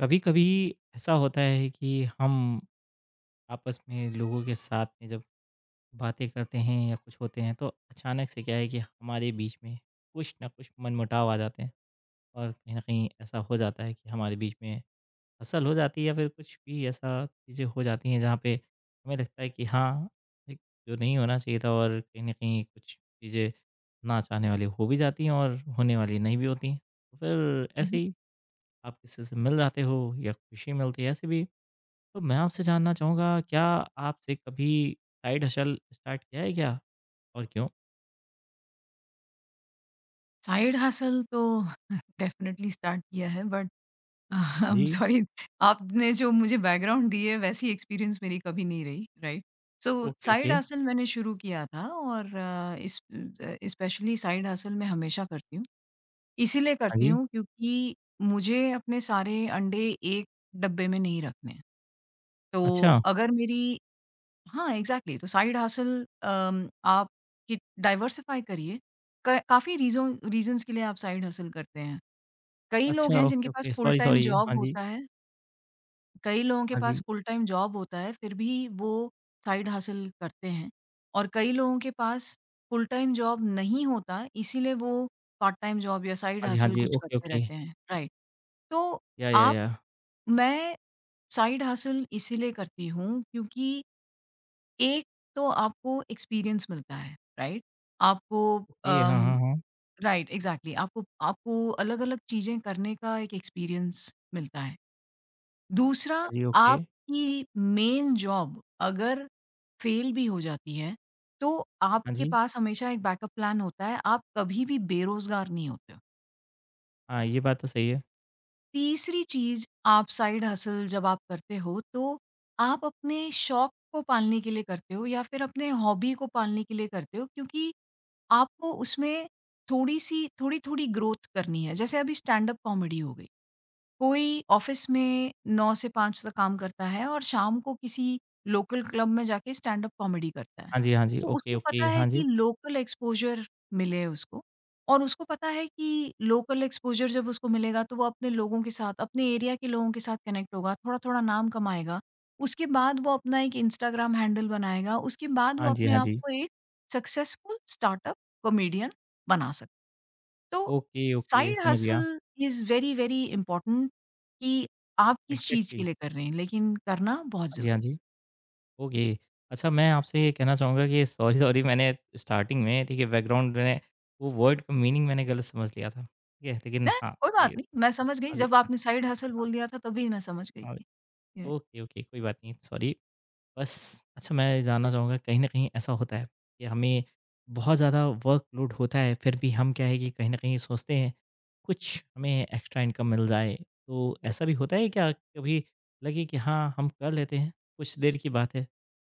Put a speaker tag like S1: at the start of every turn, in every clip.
S1: कभी कभी ऐसा होता है कि हम आपस में लोगों के साथ में जब बातें करते हैं या कुछ होते हैं तो अचानक से क्या है कि हमारे बीच में कुछ ना कुछ मनमुटाव आ जाते हैं और कहीं ना कहीं ऐसा हो जाता है कि हमारे बीच में फसल हो जाती है या फिर कुछ भी ऐसा चीज़ें हो जाती हैं जहाँ पे हमें लगता है कि हाँ एक जो नहीं होना चाहिए था और कहीं ना कहीं कुछ चीज़ें ना चाहने वाली हो भी जाती हैं और होने वाली नहीं भी होती हैं तो फिर ऐसे
S2: हुँ।
S1: ही आप किसी से मिल जाते हो या खुशी मिलती है ऐसे भी तो मैं आपसे जानना चाहूँगा, क्या आपसे कभी साइड हसल स्टार्ट किया है क्या? और क्यों?
S2: साइड हसल तो डेफ़िनेटली स्टार्ट किया है बट आई
S1: हाँ
S2: एम
S1: जी।
S2: सॉरी। आपने जो मुझे बैकग्राउंड दी है वैसी एक्सपीरियंस मेरी कभी नहीं रही, right? So
S1: okay,
S2: side
S1: okay.
S2: Hustle मैंने शुरू किया था और स्पेशली साइड हसल मैं हमेशा करती हूँ। इसीलिए
S1: हाँ
S2: करती
S1: जी।
S2: हूँ क्योंकि मुझे अपने सारे अंडे एक डब्बे में नहीं रखने हैं। तो
S1: अच्छा,
S2: अगर मेरी हाँ, एग्ज़ैक्टली तो साइड हसल आप कि डाइवर्सिफ़ाई करिए। क काफ़ी रीज़ों रीज़न्स के लिए आप साइड हसल करते हैं। कई लोग
S1: अच्छा,
S2: हैं
S1: ओके,
S2: जिनके पास
S1: okay.
S2: Full
S1: sorry,
S2: time
S1: sorry. हाँ
S2: जॉब
S1: जी,
S2: होता है। कई लोगों के
S1: हाँ
S2: पास
S1: जी,
S2: फुल टाइम जॉब होता है, फिर भी वो साइड हसल करते हैं, और कई लोगों के पास फुल टाइम जॉब नहीं होता, इसीलिए वो पार्ट टाइम जॉब या साइड
S1: हाँ जी, हाँ
S2: हसल
S1: जी।
S2: कुछ
S1: ओके,
S2: करते
S1: ओके।
S2: रहते हैं, राइट। तो
S1: या,
S2: आप
S1: या।
S2: मैं साइड हसल इसीलिए करती हूँ क्योंकि एक तो आपको एक्सपीरियंस मिलता है, राइट? आपको
S1: ओके, हाँ,
S2: अम,
S1: हाँ, हाँ।
S2: राइट एग्ज़ैक्टली, आपको आपको अलग-अलग चीज़ें करने का एक एक्सपीरियंस मिलता है। दूसरा,
S1: हाँ जी, ओके।
S2: आपकी मेन जॉब अगर फेल भी हो जाती है, तो
S1: हाँ
S2: आपके
S1: जी।
S2: पास हमेशा एक बैकअप प्लान होता है, आप कभी भी बेरोज़गार नहीं होते हो।
S1: हाँ, ये बात तो सही है।
S2: तीसरी चीज़, आप साइड हसल जब आप करते हो, तो आप अपने शौक को पालने के लिए करते हो या फिर अपने हॉबी को पालने के लिए करते हो क्योंकि आपको उसमें थोड़ी-सी थोड़ी-थोड़ी ग्रोथ करनी है। जैसे अभी स्टैंड अप कॉमेडी हो गई। कोई ऑफिस में 9 से 5 तक काम करता है और शाम को किसी लोकल क्लब में जाके स्टैंड अप कॉमेडी करता है।
S1: हाँ जी, हाँ जी।
S2: तो
S1: ओके,
S2: उसको पता
S1: ओके।
S2: है
S1: हाँ
S2: कि
S1: जी।
S2: लोकल एक्सपोज़र मिले उसको, और उसको पता है कि लोकल एक्सपोज़र जब उसको मिलेगा तो वो अपने लोगों के साथ, अपने एरिया के लोगों के साथ कनेक्ट होगा, थोड़ा-थोड़ा नाम कमाएगा। उसके बाद वो अपना एक इंस्टाग्राम हैंडल बनाएगा, उसके बाद वो
S1: हाँ जी,
S2: अपने
S1: हाँ
S2: आप
S1: जी।
S2: को एक सक्सेसफुल स्टार्टअप कॉमेडियन बना सकता है। तो
S1: ओके, ओके।
S2: साइड
S1: समझ गया।
S2: Hustle is very, very important कि आप किस चीज़ के
S1: एक्ज़ैक्टली।
S2: लिए कर रहे हैं, लेकिन करना बहुत
S1: हाँ जी,
S2: ज़रूरी
S1: हाँ जी। ओके। अच्छा मैं आपसे ये कहना चाहूँगा कि सॉरी सॉरी मैंने स्टार्टिंग में ठीक है बैकग्राउंड में वो वर्ड का मीनिंग मैंने गलत समझ लिया था, ठीक है? लेकिन
S2: है।
S1: हाँ,
S2: कोई
S1: लिए
S2: बात नहीं, मैं समझ गई,
S1: हाँ जी,
S2: जब आपने साइड हसल
S1: हाँ,
S2: बोल दिया था तभी मैं समझ गई
S1: हाँ।
S2: थी। राइट,
S1: ओके, ओके कोई बात नहीं सॉरी। बस अच्छा मैं ये जानना चाहूँगा कहीं न कहीं ऐसा होता है कि हमें बहुत ज़्यादा वर्कलोड होता है फिर भी हम क्या है कि कहीं न कहीं सोचते हैं, कुछ हमें एक्स्ट्रा इनकम मिल जाए। तो ऐसा भी होता है क्या कभी लगे कि हाँ, हम कर लेते हैं, कुछ देर की बात है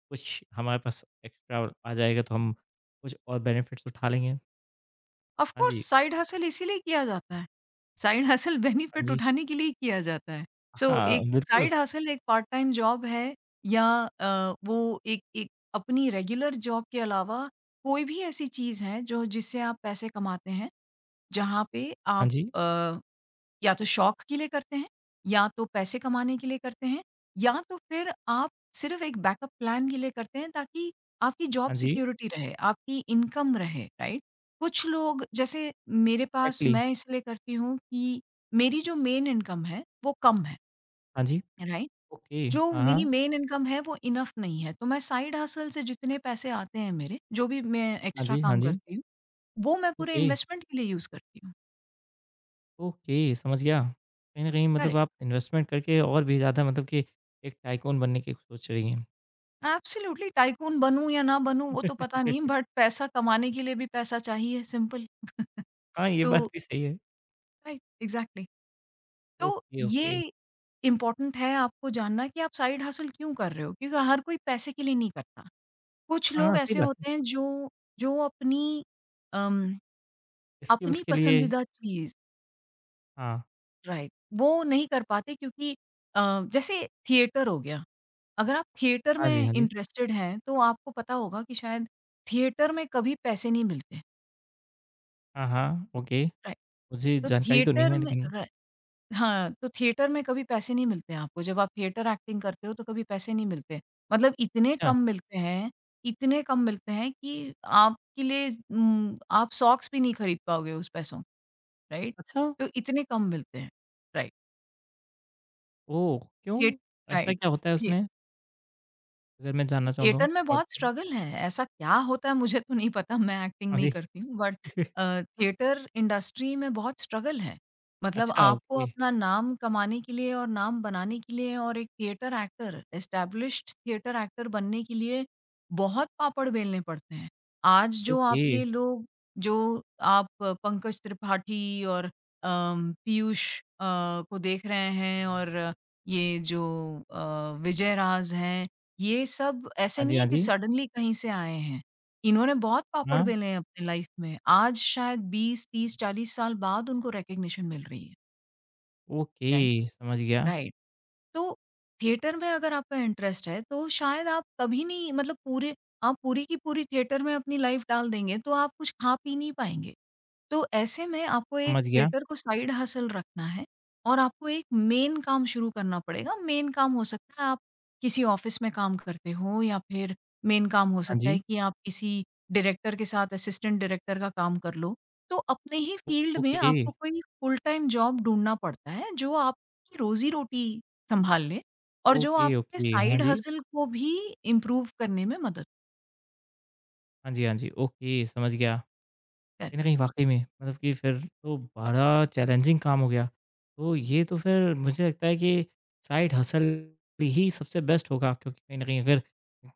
S1: कुछ हमारे पास एक्स्ट्रा आ जाएगा तो हम कुछ और बेनिफिट्स उठा लेंगे।
S2: ऑफ
S1: हाँ
S2: कोर्स
S1: जी,
S2: साइड हसल इसीलिए किया जाता है। साइड हसल
S1: हाँ
S2: बेनिफिट
S1: जी,
S2: उठाने के लिए किया जाता है। सो
S1: हाँ,
S2: एक
S1: बिल्कुल।
S2: साइड हसल एक पार्ट टाइम जॉब है या वो एक एक अपनी रेगुलर जॉब के अलावा कोई भी ऐसी चीज़ है जो जिससे आप पैसे कमाते हैं, जहाँ पे
S1: हाँ
S2: आप
S1: जी,
S2: अ या तो शौक के लिए करते हैं, या तो पैसे कमाने के लिए करते हैं, या तो फिर आप सिर्फ़ एक बैकअप प्लान के लिए करते हैं ताकि आपकी जॉब
S1: हाँ जी,
S2: सिक्योरिटी रहे, आपकी इनकम रहे, राइट? कुछ लोग जैसे मेरे पास,
S1: एग्ज़ैक्टली
S2: मैं इसलिए करती हूँ कि मेरी जो मेन इनकम है, वो कम है,
S1: हाँ जी,
S2: राइट।
S1: ओके,
S2: जो
S1: हाँ,
S2: मेरी
S1: हाँ,
S2: मेन इनकम है वो इनफ नहीं है, तो मैं साइड हसल से जितने पैसे आते हैं मेरे, जो भी मैं
S1: हाँ
S2: एक्स्ट्रा
S1: जी, हाँ
S2: काम
S1: जी,
S2: करती हूँ, वो मैं पूरे
S1: ओके,
S2: इन्वेस्टमेंट के लिए यूज़ करती हूँ।
S1: ओके, समझ गया। कहीं न कहीं मतलब
S2: करेक्ट।
S1: आप इन्वेस्टमेंट करके और भी ज़्यादा मतलब कि एक टाइकून बनने की सोच रही हैं।
S2: एब्सोल्युटली टाइकून बनूँ या ना बनूँ वो तो पता नहीं, बट पैसा कमाने के लिए भी पैसा चाहिए, सिंपल।
S1: हाँ, ये बात
S2: तो
S1: भी सही है।
S2: Right exactly. तो
S1: ओके, ओके,
S2: ये इम्पोर्टेंट है आपको जानना कि आप साइड हसल क्यों कर रहे हो? क्योंकि हर कोई पैसे के लिए नहीं करता। कुछ
S1: हाँ,
S2: लोग
S1: हाँ, सही
S2: ऐसे
S1: बात है।
S2: होते हैं जो जो अपनी अम,
S1: स्किल्स
S2: अपनी
S1: के लिए
S2: पसंदीदा चीज़,
S1: हाँ,
S2: राइट, वो नहीं कर पाते क्योंकि अ, जैसे थिएटर हो गया। अगर आप थिएटर
S1: हाँ जी,
S2: में
S1: हाँ जी,
S2: इंटरेस्टेड हैं तो आपको पता होगा कि शायद थिएटर में कभी पैसे नहीं मिलते।
S1: हाँ, हाँ, ओके,
S2: राइट।
S1: मुझे
S2: तो
S1: जानकारी तो नहीं
S2: थिएटर
S1: है
S2: में
S1: लेकिन
S2: र हाँ, तो थिएटर में कभी पैसे नहीं मिलते आपको, जब आप थिएटर एक्टिंग करते हो तो कभी पैसे नहीं मिलते। मतलब
S1: अच्छा,
S2: इतने कम मिलते हैं कि आपके लिए आप सॉक्स भी नहीं खरीद पाओगे उस पैसों, राइट?
S1: अच्छा!
S2: तो इतने कम मिलते हैं। राइट,
S1: ओह!
S2: थिएट
S1: क्यों? ऐसा
S2: राइट,
S1: क्या होता है
S2: थिए
S1: उसमें? अगर मैं जानना चाहूँ तो?
S2: थिएटर में
S1: प्लॉट
S2: बहुत
S1: में?
S2: स्ट्रगल है। ऐसा क्या होता है मुझे तो नहीं पता, मैं एक्टिंग
S1: हाँ
S2: नहीं
S1: जी।
S2: करती हूँ, बट थिएटर इंडस्ट्री में बहुत स्ट्रगल है। मतलब
S1: अच्छा
S2: आपको
S1: ओके,
S2: अपना नाम कमाने के लिए और नाम बनाने के लिए और एक theatre actor, established theatre actor बनने के लिए बहुत पापड़ बेलने पड़ते हैं। आज जो आप
S1: ओके।
S2: ये लोग जो पंकज त्रिपाठी और पीयूष को देख रहे हैं, और ये जो विजय राज हैं, ये सब ऐसे
S1: हाँ जी,
S2: नहीं है
S1: हाँ
S2: कि
S1: जी।
S2: सडनली कहीं से आए हैं। इन्होंने बहुत पापड़
S1: हाँ,
S2: बेले हैं अपनी लाइफ में। आज शायद 20, 30, 40 साल बाद उनको रिकॉग्निशन मिल रही है,
S1: ओके
S2: राइट?
S1: समझ गया,
S2: राइट। तो थिएटर में अगर आपका इंटरेस्ट है, तो शायद आप कभी नहीं, मतलब पूरे आप पूरी की पूरी थिएटर में अपनी लाइफ डाल देंगे, तो आप कुछ खा पी नहीं पाएँगे। तो ऐसे में आपको एक
S1: समझ गया।
S2: थिएटर को साइड हसल रखना है और आपको एक मेन काम शुरू करना पड़ेगा। मेन काम हो सकता है आप किसी ऑफ़िस में काम करते हो, या फिर मेन काम हो
S1: हाँ
S2: सकता
S1: जी।
S2: है कि आप किसी डायरेक्टर के साथ असिस्टेंट डायरेक्टर का काम कर लो। तो अपने ही फ़ील्ड में
S1: ओके,
S2: आपको कोई फ़ुल टाइम जॉब ढूँढना पड़ता है जो आपकी रोज़ी-रोटी सँभाल ले और जो
S1: ओके,
S2: आपके
S1: ओके। हाँ
S2: साइड
S1: जी।
S2: हसल को भी इम्प्रूव करने में मदद
S1: हाँ जी, हाँ जी। ओके समझ गया।
S2: करे।
S1: कहीं न कहीं वाक़ई में मतलब कि फिर तो बड़ा चैलेंजिंग काम हो गया। तो ये तो फिर मुझे लगता है कि साइड हसल ही सबसे बेस्ट होगा क्योंकि कहीं न कहीं अगर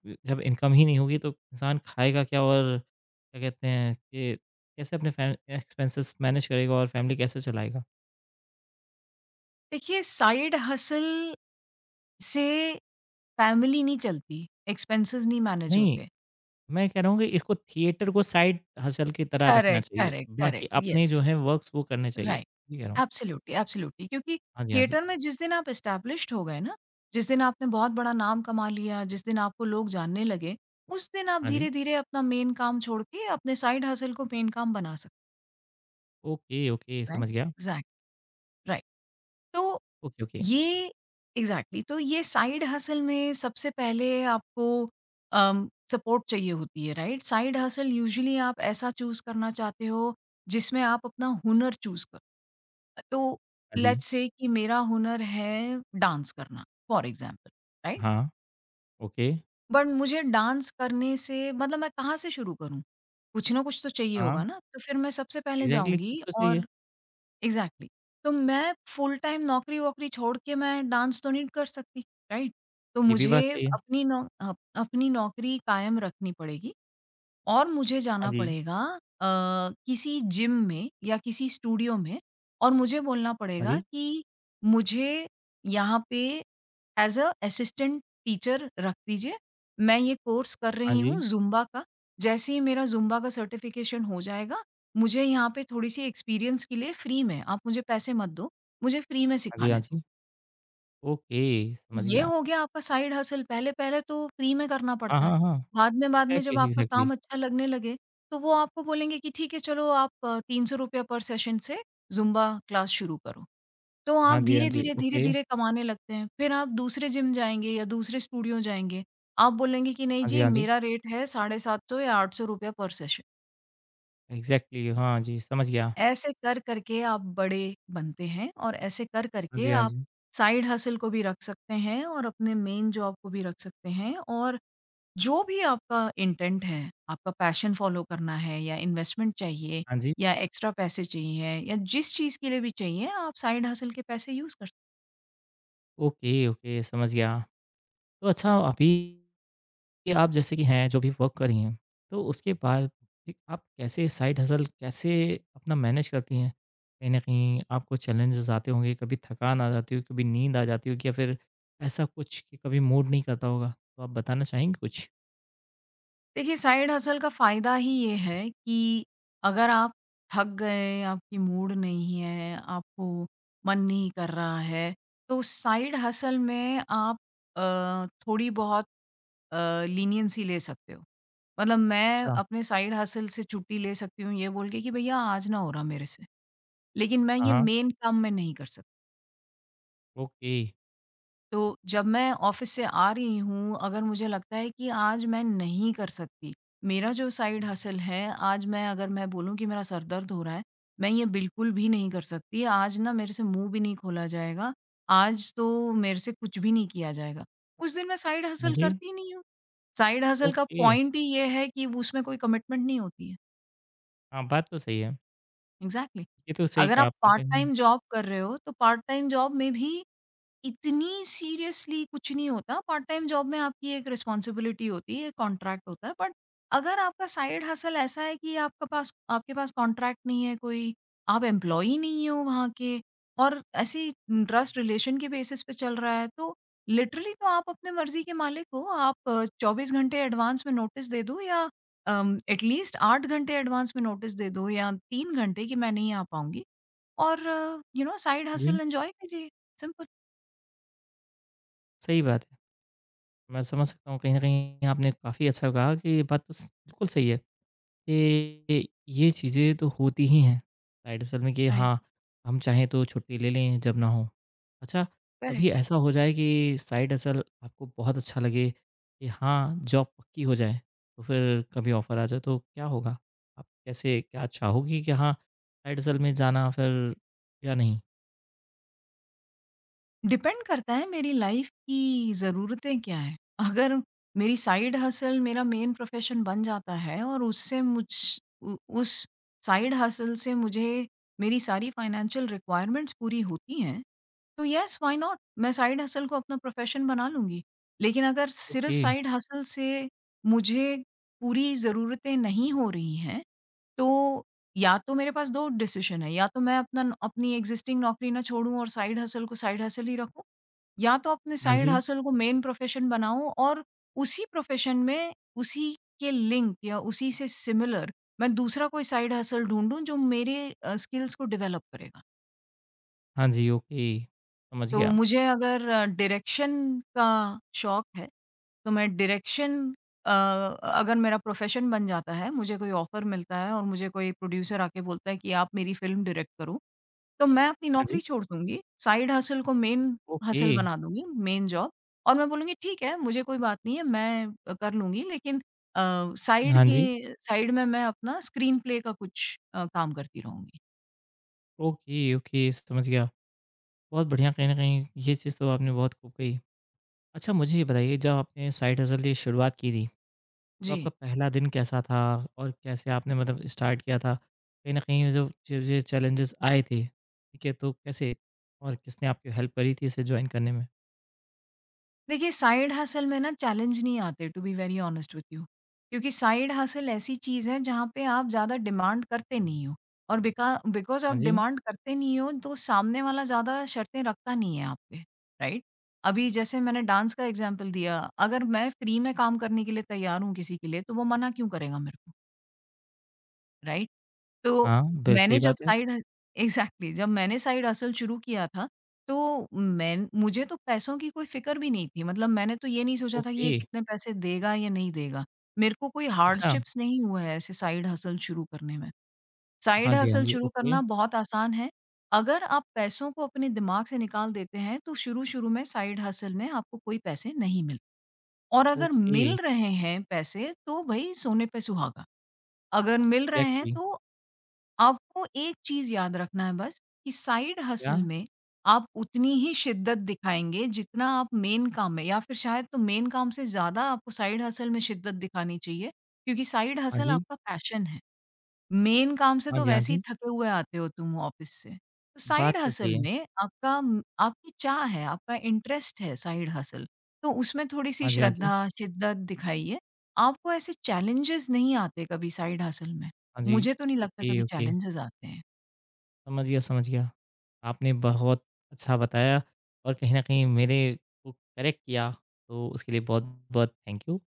S1: ज जब इनकम ही नहीं होगी तो इंसान खाएगा क्या और क्या कहते हैं कि कैसे अपने फै एक्सपेंसेस मैनेज करेगा और फैमिली कैसे चलाएगा?
S2: देखिए, साइड हसल से फैमिली नहीं चलती, एक्सपेंसेस नहीं मैनेज
S1: नहीं,
S2: होते।
S1: मैं कह रहा हूँ कि इसको थिएटर को साइड हसल की तरह रखना
S2: करेक्ट,
S1: चाहिए।
S2: करेक्ट,
S1: बाकी
S2: करेक्ट,
S1: अपने जो
S2: येस,
S1: हैं वर्क्स वो करने चाहिए।
S2: राइट।
S1: ये कह रहा हूँ।
S2: एब्सोल्यूटली, एब्सोल्यूटली, क्योंकि
S1: हाँ जी, हाँ जी।
S2: थिएटर में जिस दिन आप एस्टैब्लिश्ड हो गए ना, जिस दिन आपने बहुत बड़ा नाम कमा लिया, जिस दिन आपको लोग जानने लगे, उस दिन आप
S1: हाँ जी।
S2: धीरे-धीरे अपना मेन काम छोड़ के अपने साइड हसल को मेन काम बना सकते
S1: ओके, ओके
S2: हो, राइट?
S1: समझ गया।
S2: Exact, right. तो
S1: ओके, ओके।
S2: ये एग्ज़ैक्टली, तो ये साइड हसल में सबसे पहले आपको सपोर्ट चाहिए होती है, राइट? साइड हसल यूजुअली आप ऐसा चूज़ करना चाहते हो जिसमें आप अपना हुनर चूज़ करो। तो
S1: हाँ जी।
S2: लेट्स से कि मेरा हुनर है डांस करना, फॉर एग्ज़ाम्पल, राइट?
S1: हाँ। ओके।
S2: बट मुझे डांस करने से मतलब मैं कहाँ से शुरू करूँ? कुछ ना कुछ तो चाहिए होगा
S1: हाँ।
S2: ना? तो फिर मैं सबसे पहले
S1: एग्ज़ैक्टली कुछ
S2: जाऊँगी
S1: तो सही है।
S2: और एग्ज़ैक्टली, तो मैं फुल टाइम नौकरी-वोकरी छोड़ के मैं डांस तो नहीं कर सकती, राइट? तो
S1: ये भी बात
S2: मुझे
S1: सही है।
S2: अपनी अपनी नौकरी कायम रखनी पड़ेगी, और मुझे
S1: हाँ
S2: जाना
S1: जी,
S2: पड़ेगा अ, किसी जिम में या किसी स्टूडियो में, और मुझे बोलना
S1: हाँ
S2: पड़ेगा
S1: जी,
S2: कि मुझे यहाँ पे एज़ अ असिस्टेंट टीचर रख दीजिए। मैं ये कोर्स कर
S1: हाँ
S2: रही
S1: जी,
S2: हूँ ज़ुम्बा का। जैसे ही मेरा ज़ुम्बा का सर्टिफ़िकेशन हो जाएगा, मुझे यहाँ पे थोड़ी-सी एक्सपीरियंस के लिए फ्री में, आप मुझे पैसे मत दो, मुझे फ्री में
S1: हाँ जी, हाँ
S2: सिखाने दो।
S1: जी। ओके, समझ
S2: ये
S1: गया।
S2: हो गया आपका साइड हसल, पहले पहले तो फ्री में करना
S1: हाँ,
S2: पड़ता है।
S1: हाँ, हाँ।
S2: बाद में जब
S1: एग्ज़ैक्टली,
S2: आपका काम
S1: एग्ज़ैक्टली।
S2: अच्छा लगने लगे, तो वो आपको बोलेंगे कि ठीक है चलो आप ₹300 पर सेशन से ज़ुम्बा क्लास शुरू करो। तो आप
S1: हाँ जी, हाँ जी,
S2: धीरे-धीरे,
S1: ओके।
S2: धीरे-धीरे कमाने लगते हैं। फिर आप दूसरे जिम जाएँगे या दूसरे स्टूडियो जाएँगे। आप बोलेंगे कि नहीं
S1: हाँ जी,
S2: जी,
S1: हाँ जी।
S2: मेरा रेट है 750 या ₹800 पर सेशन।
S1: एग्ज़ैक्टली, हाँ जी, समझ गया।
S2: ऐसे कर करके आप बड़े बनते हैं और ऐसे कर
S1: हाँ
S2: करके
S1: जी, हाँ
S2: आप
S1: जी,
S2: साइड हसल को भी रख सकते हैं और अपने मेन जॉब को भी रख सकते हैं, और जो भी आपका इंटेंट है, आपका पैशन फॉलो करना है या इन्वेस्टमेंट चाहिए
S1: हाँ जी।
S2: या एक्स्ट्रा पैसे चाहिए या जिस चीज़ के लिए भी चाहिए, आप साइड हसल के पैसे यूज़ कर सकते।
S1: ओके, ओके, समझ गया। तो अच्छा अभी कि आप जैसे कि हैं, जो भी वर्क कर रही हैं, तो उसके बाद एक आप कैसे साइड हसल कैसे अपना मैनेज करती हैं? कहीं न कहीं आपको चैलेंजेज़ आते होंगे, कभी थकान आ जाती होगी, कभी नींद आ जाती होगी या फिर ऐसा कुछ कि कभी मूड नहीं करता होगा? तो आप बताना चाहेंगी कुछ?
S2: देखिए, साइड हसल का फ़ायदा ही ये है कि अगर आप थक गए, आपकी मूड नहीं है, आपको मन नहीं कर रहा है, तो साइड हसल में आप थोड़ी बहुत अ, लीनियंसी ले सकते हो। मतलब मैं
S1: अच्छा,
S2: अपने साइड हसल से छुट्टी ले सकती हूँ, ये बोल के कि भैया आज ना हो रहा मेरे से। लेकिन मैं
S1: हाँ,
S2: ये
S1: हाँ,
S2: मेन काम मैं नहीं कर सकती।
S1: ओके।
S2: तो जब मैं ऑफ़िस से आ रही हूँ, अगर मुझे लगता है कि आज मैं नहीं कर सकती, मेरा जो साइड हसल है, आज मैं अगर मैं बोलूँ कि मेरा सर दर्द हो रहा है, मैं ये बिल्कुल भी नहीं कर सकती, आज ना मेरे से मुँह भी नहीं खोला जाएगा, आज तो मेरे से कुछ भी नहीं किया जाएगा, उस दिन मैं साइड
S1: हाँ
S2: हसल
S1: जी,
S2: करती ही नहीं हूँ। साइड हसल का
S1: ओके।
S2: पॉइंट ही ये है कि उसमें कोई कमिटमेंट नहीं होती है।
S1: हाँ, बात तो सही है।
S2: एग्ज़ैक्टली।
S1: ये तो सही
S2: अगर
S1: कहा
S2: आप
S1: आपने
S2: पार्ट
S1: कहीं
S2: टाइम जॉब कर रहे हो, तो पार्ट टाइम जॉब में भी इतनी सीरियसली कुछ नहीं होता। पार्ट टाइम जॉब में आपकी एक रिस्पॉन्सिबिलिटी होती है, एक कॉन्ट्रैक्ट होता है। बट अगर आपका साइड हसल ऐसा है कि आपका पास आपके पास कॉन्ट्रैक्ट नहीं है कोई, आप एम्प्लॉयी नहीं हो वहाँ के और ऐसे ही ट्रस्ट रिलेशन के बेसिस पे चल रहा है, तो लिटरली तो आप अपने मर्ज़ी के मालिक हो। आप 24 घंटे एडवांस में नोटिस दे दो या एटलीस्ट 8 घंटे एडवांस में नोटिस दे दो या 3 घंटे कि मैं नहीं आ पाऊँगी, और साइड
S1: जी,
S2: हसल एन्जॉय कीजिए। सिंपल।
S1: सही बात है। मैं समझ सकता हूँ, कहीं न कहीं आपने काफ़ी अच्छा कहा कि ये बात तो स बिल्कुल सही है। ये चीज़ें तो होती ही हैं। राइट असल में कि
S2: राइट।
S1: हाँ, हम चाहें तो छुट्टी ले लें जब ना हो। अच्छा,
S2: करेक्ट।
S1: कभी ऐसा हो जाए कि साइड हसल आपको बहुत अच्छा लगे कि हाँ, जॉब पक्की हो जाए, तो फिर कभी ऑफ़र आ जाए तो क्या होगा? आप कैसे क्या चाहोगी कि हाँ, साइड हसल में जाना फिर या नहीं?
S2: डिपेंड करता है मेरी लाइफ की ज़रूरतें क्या हैं। अगर मेरी साइड हसल मेरा मेन प्रोफ़ेशन बन जाता है और उससे मुझ उ उस साइड हसल से मुझे मेरी सारी फाइनेंशियल रिक्वायरमेंट्स पूरी होती हैं, तो येस व्हाई नॉट? मैं साइड हसल को अपना प्रोफ़ेशन बना लूँगी। लेकिन अगर सिर्फ़
S1: ओके,
S2: साइड हसल से मुझे पूरी ज़रूरतें नहीं हो रही हैं, तो या तो मेरे पास 2 डिसीज़न है, या तो मैं अपना अपनी एग्ज़िस्टिंग नौकरी ना छोड़ूँ और साइड हसल को साइड हसल ही रखूँ, या तो अपने
S1: हाँ
S2: साइड
S1: जी,
S2: हसल को मेन प्रोफ़ेशन बनाऊँ और उसी प्रोफ़ेशन में उसी के लिंक या उसी से सिमिलर मैं दूसरा कोई साइड हसल ढूँढूँ जो मेरे स्किल्स को डेवलप करेगा।
S1: हाँ जी, ओके, समझ
S2: तो
S1: गया।
S2: मुझे अगर डायरेक्शन का शौक है, तो मैं डायरेक्शन अगर मेरा प्रोफ़ेशन बन जाता है, मुझे कोई ऑफ़र मिलता है और मुझे कोई प्रोड्यूसर आके बोलता है कि आप मेरी फ़िल्म डायरेक्ट करो, तो मैं अपनी
S1: हाँ जी,
S2: नौकरी छोड़ दूँगी, साइड हसल को मेन
S1: ओके,
S2: हसल बना दूँगी, मेन जॉब, और मैं बोलूँगी ठीक है, मुझे कोई बात नहीं है, मैं कर लूँगी, लेकिन अ, साइड
S1: हाँ जी,
S2: के साइड में मैं अपना स्क्रीन प्ले का कुछ काम करती रहूँगी।
S1: ओके, ओके, समझ गया। बहुत बढ़िया कहीं न कहीं ये चीज़ तो आपने बहुत खूब कही। अच्छा मुझे ये बताइए जब आपने साइड हसल की शुरुआत की थी, तो आपका
S2: जी।
S1: पहला दिन कैसा था? और कैसे आपने मतलब स्टार्ट किया था? कहीं न कहीं जो चीज़ें चैलेंजेस आए थे, ठीक है, तो कैसे और किसने आपकी हेल्प करी थी इसे जॉइन करने में?
S2: देखिए, साइड हसल में ना चैलेंज नहीं आते, to be very honest with you, क्योंकि साइड हसल ऐसी चीज़ है जहाँ पे आप ज़्यादा डिमांड करते नहीं हो, और बिका बिकॉज
S1: हाँ
S2: आप
S1: जी,
S2: डिमांड करते नहीं हो तो सामने वाला ज़्यादा शर्तें रखता नहीं है आप पे, राइट? अभी जैसे मैंने डांस का एग्जाम्पल दिया, अगर मैं फ्री में काम करने के लिए तैयार हूँ किसी के लिए तो वो मना क्यों करेगा मेरे को, राइट? तो
S1: हाँ, बिल
S2: मैंने
S1: सही
S2: जब
S1: बात है।
S2: साइड एग्ज़ैक्टली जब मैंने साइड हसल शुरू किया था, तो मैं मुझे तो पैसों की कोई फ़िक्र भी नहीं थी। मतलब मैंने तो ये नहीं सोचा था कि
S1: ओके,
S2: ये कितने पैसे देगा या नहीं देगा। मेरे को कोई
S1: अच्छा।
S2: हार्डशिप्स नहीं हुए हैं ऐसे साइड हसल शुरू करने में। साइड
S1: हाँ जी, हाँ
S2: हसल
S1: जी,
S2: शुरू
S1: ओके,
S2: करना बहुत आसान है। अगर आप पैसों को अपने दिमाग से निकाल देते हैं, तो शुरू-शुरू में साइड हसल में आपको कोई पैसे नहीं मिल, और अगर
S1: ओके,
S2: मिल रहे हैं पैसे, तो भई सोने पे सुहागा। अगर मिल रहे हैं
S1: एग्ज़ैक्टली
S2: तो आपको एक चीज़ याद रखना है बस, कि साइड
S1: क्या?
S2: हसल में आप उतनी ही शिद्दत दिखाएँगे जितना आप मेन काम में, या फिर शायद तो मेन काम से ज़्यादा आपको साइड हसल में शिद्दत दिखानी चाहिए क्योंकि साइड
S1: हाँ
S2: हसल
S1: जी,
S2: आपका पैशन है। मेन काम से
S1: हाँ
S2: तो
S1: जी, हाँ
S2: वैसे ही
S1: जी,
S2: थके हुए आते हो तुम ऑफिस से। तो साइड
S1: बात तो सही
S2: हसल
S1: है।
S2: में आपका आपकी चाह है, आपका इंटरेस्ट है साइड हसल, तो उसमें थोड़ी-सी
S1: हाँ जी, हाँ जी,
S2: श्रद्धा, शिद्दत दिखाइए। आपको ऐसे चैलेंजेस नहीं आते कभी साइड हसल में?
S1: हाँ जी,
S2: मुझे तो नहीं लगता
S1: ओके,
S2: कभी
S1: ओके।
S2: चैलेंजेस आते हैं।
S1: समझ गया, समझ गया। आपने बहुत अच्छा बताया और कहीं न कहीं मेरे को करेक्ट किया, तो उसके लिए बहुत-बहुत थैंक यू।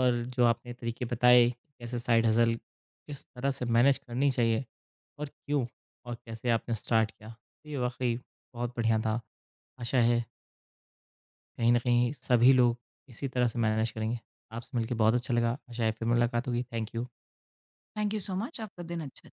S1: और जो आपने तरीके बताए कि कैसे साइड हसल किस तरह से मैनेज करनी चाहिए और क्यों और कैसे आपने स्टार्ट किया, तो ये वाक़ई बहुत बढ़िया था। आशा है कहीं न कहीं सभी लोग इसी तरह से मैनेज करेंगे। आपसे मिलके बहुत अच्छा लगा, आशा है फिर मुलाकात होगी। Thank you.
S2: Thank you so much, आपका दिन अच्छा